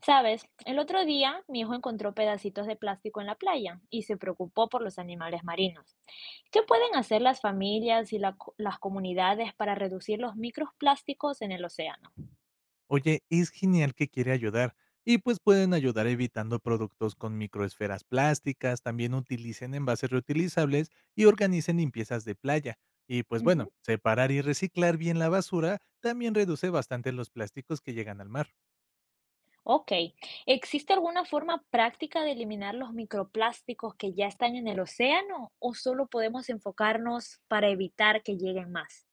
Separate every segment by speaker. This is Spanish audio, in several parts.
Speaker 1: Sabes, el otro día mi hijo encontró pedacitos de plástico en la playa y se preocupó por los animales marinos. ¿Qué pueden hacer las familias y las comunidades para reducir los microplásticos en el océano?
Speaker 2: Oye, es genial que quiere ayudar. Y pues pueden ayudar evitando productos con microesferas plásticas, también utilicen envases reutilizables y organicen limpiezas de playa. Y pues bueno,
Speaker 1: Ujú.
Speaker 2: separar y reciclar bien la basura también reduce bastante los plásticos que llegan al mar.
Speaker 1: Ok. ¿Existe alguna forma práctica de eliminar los microplásticos que ya están en el océano o solo podemos enfocarnos para evitar que lleguen más?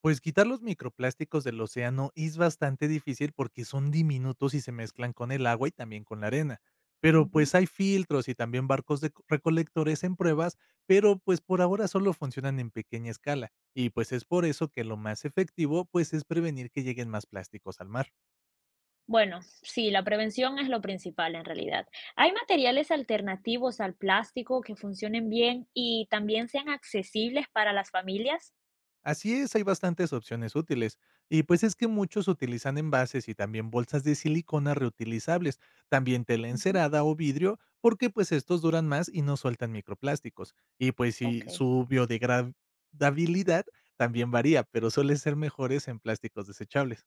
Speaker 2: Pues quitar los microplásticos del océano es bastante difícil porque son diminutos y se mezclan con el agua y también con la arena. Pero
Speaker 1: Ujú.
Speaker 2: pues hay filtros y también barcos de recolectores en pruebas, pero pues por ahora solo funcionan en pequeña escala. Y pues es por eso que lo más efectivo pues es prevenir que lleguen más plásticos al mar.
Speaker 1: Bueno, sí, la prevención es lo principal en realidad. ¿Hay materiales alternativos al plástico que funcionen bien y también sean accesibles para las familias?
Speaker 2: Así es, hay bastantes opciones útiles. Y pues es que muchos utilizan envases y también bolsas de silicona reutilizables, también tela
Speaker 1: Ujú.
Speaker 2: encerada o vidrio, porque pues estos duran más y no sueltan microplásticos. Y pues
Speaker 1: Ok.
Speaker 2: sí, su biodegradabilidad también varía, pero suele ser mejores en plásticos desechables.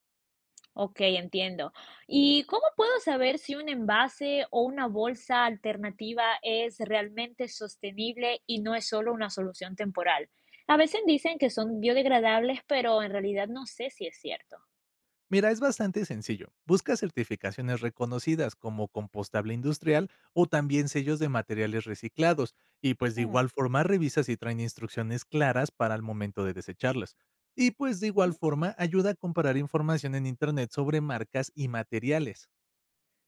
Speaker 1: Okey, entiendo. ¿Y cómo puedo saber si un envase o una bolsa alternativa es realmente sostenible y no es solo una solución temporal? A veces dicen que son biodegradables, pero en realidad no sé si es cierto.
Speaker 2: Mira, es bastante sencillo. Busca certificaciones reconocidas como compostable industrial o también sellos de materiales reciclados y pues de
Speaker 1: Mm,
Speaker 2: igual forma revisa si traen instrucciones claras para el momento de desecharlas. Y pues de igual
Speaker 1: ujú.
Speaker 2: forma ayuda a comparar información en Internet sobre marcas y materiales.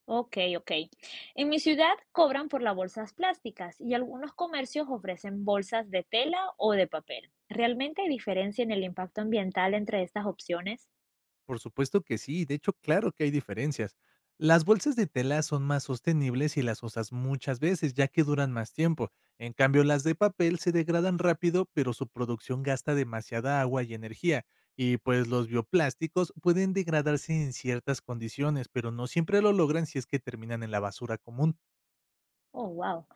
Speaker 1: Okey, okey. En mi ciudad cobran por las bolsas plásticas y algunos comercios ofrecen bolsas de tela o de papel. ¿Realmente hay diferencia en el impacto ambiental entre estas opciones?
Speaker 2: Por supuesto que sí, de hecho, claro que hay diferencias. Las bolsas de tela son más sostenibles y las usas muchas veces, ya que duran más tiempo. En cambio, las de papel se degradan rápido, pero su producción gasta demasiada agua y energía. Y pues los bioplásticos pueden degradarse en ciertas condiciones, pero no siempre lo logran si es que terminan en la basura común.
Speaker 1: Oh, wow.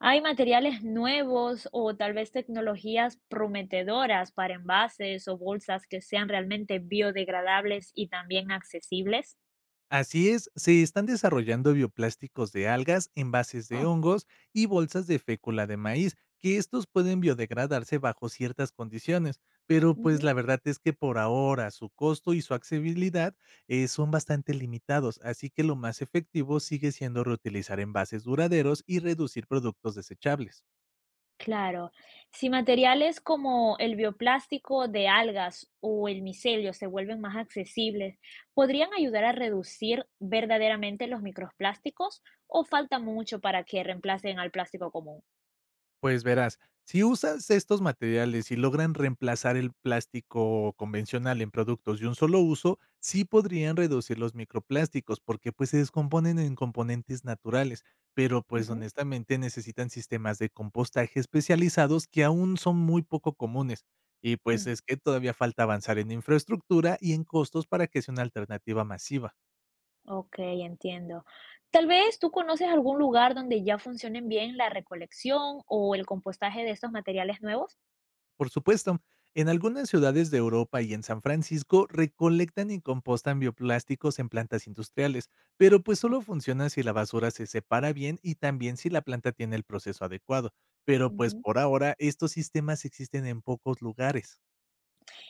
Speaker 1: ¿Hay materiales nuevos o tal vez tecnologías prometedoras para envases o bolsas que sean realmente biodegradables y también accesibles?
Speaker 2: Así es, se están desarrollando bioplásticos de algas, envases de
Speaker 1: Oh,
Speaker 2: hongos y bolsas de fécula de maíz, que estos pueden biodegradarse bajo ciertas condiciones, pero pues
Speaker 1: ujú,
Speaker 2: la verdad es que por ahora su costo y su accesibilidad son bastante limitados, así que lo más efectivo sigue siendo reutilizar envases duraderos y reducir productos desechables.
Speaker 1: claro. Si materiales como el bioplástico de algas o el micelio se vuelven más accesibles, ¿podrían ayudar a reducir verdaderamente los microplásticos o falta mucho para que reemplacen al plástico común?
Speaker 2: Pues verás, si usas estos materiales y logran reemplazar el plástico convencional en productos de un solo uso, sí podrían reducir los microplásticos porque pues se descomponen en componentes naturales, pero pues
Speaker 1: Ujú,
Speaker 2: honestamente necesitan sistemas de compostaje especializados que aún son muy poco comunes. Y pues
Speaker 1: mm.
Speaker 2: es que todavía falta avanzar en infraestructura y en costos para que sea una alternativa masiva.
Speaker 1: Ok, entiendo. Tal vez tú conoces algún lugar donde ya funcionen bien la recolección o el compostaje de estos materiales nuevos.
Speaker 2: Por supuesto, en algunas ciudades de Europa y en San Francisco recolectan y compostan bioplásticos en plantas industriales, pero pues
Speaker 1: Oh,
Speaker 2: solo funciona si la basura se separa bien y también si la planta tiene el proceso adecuado. Pero pues
Speaker 1: ujú.
Speaker 2: por ahora estos sistemas existen en pocos lugares.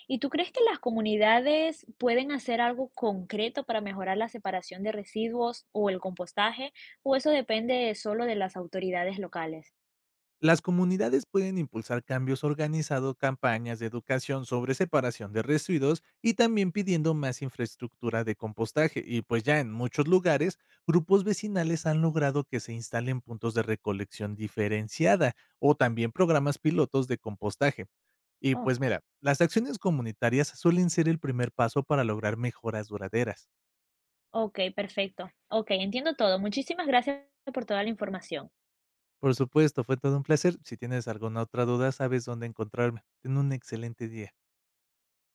Speaker 1: ¿Y tú crees que las comunidades pueden hacer algo concreto para mejorar la separación de residuos o el compostaje? ¿O eso depende solo de las autoridades locales?
Speaker 2: Las comunidades pueden impulsar cambios organizando campañas de educación sobre separación de residuos y también pidiendo más infraestructura de compostaje. Y pues ya en muchos lugares, grupos vecinales han logrado que se instalen puntos de recolección diferenciada o también programas pilotos de compostaje. Y
Speaker 1: Oh,
Speaker 2: pues mira, las acciones comunitarias suelen ser el primer paso para lograr mejoras duraderas.
Speaker 1: ok, perfecto. Ok, entiendo todo. Muchísimas gracias por toda la información.
Speaker 2: Por supuesto, fue todo un placer. Si tienes alguna otra duda, sabes dónde encontrarme. Ten un excelente día.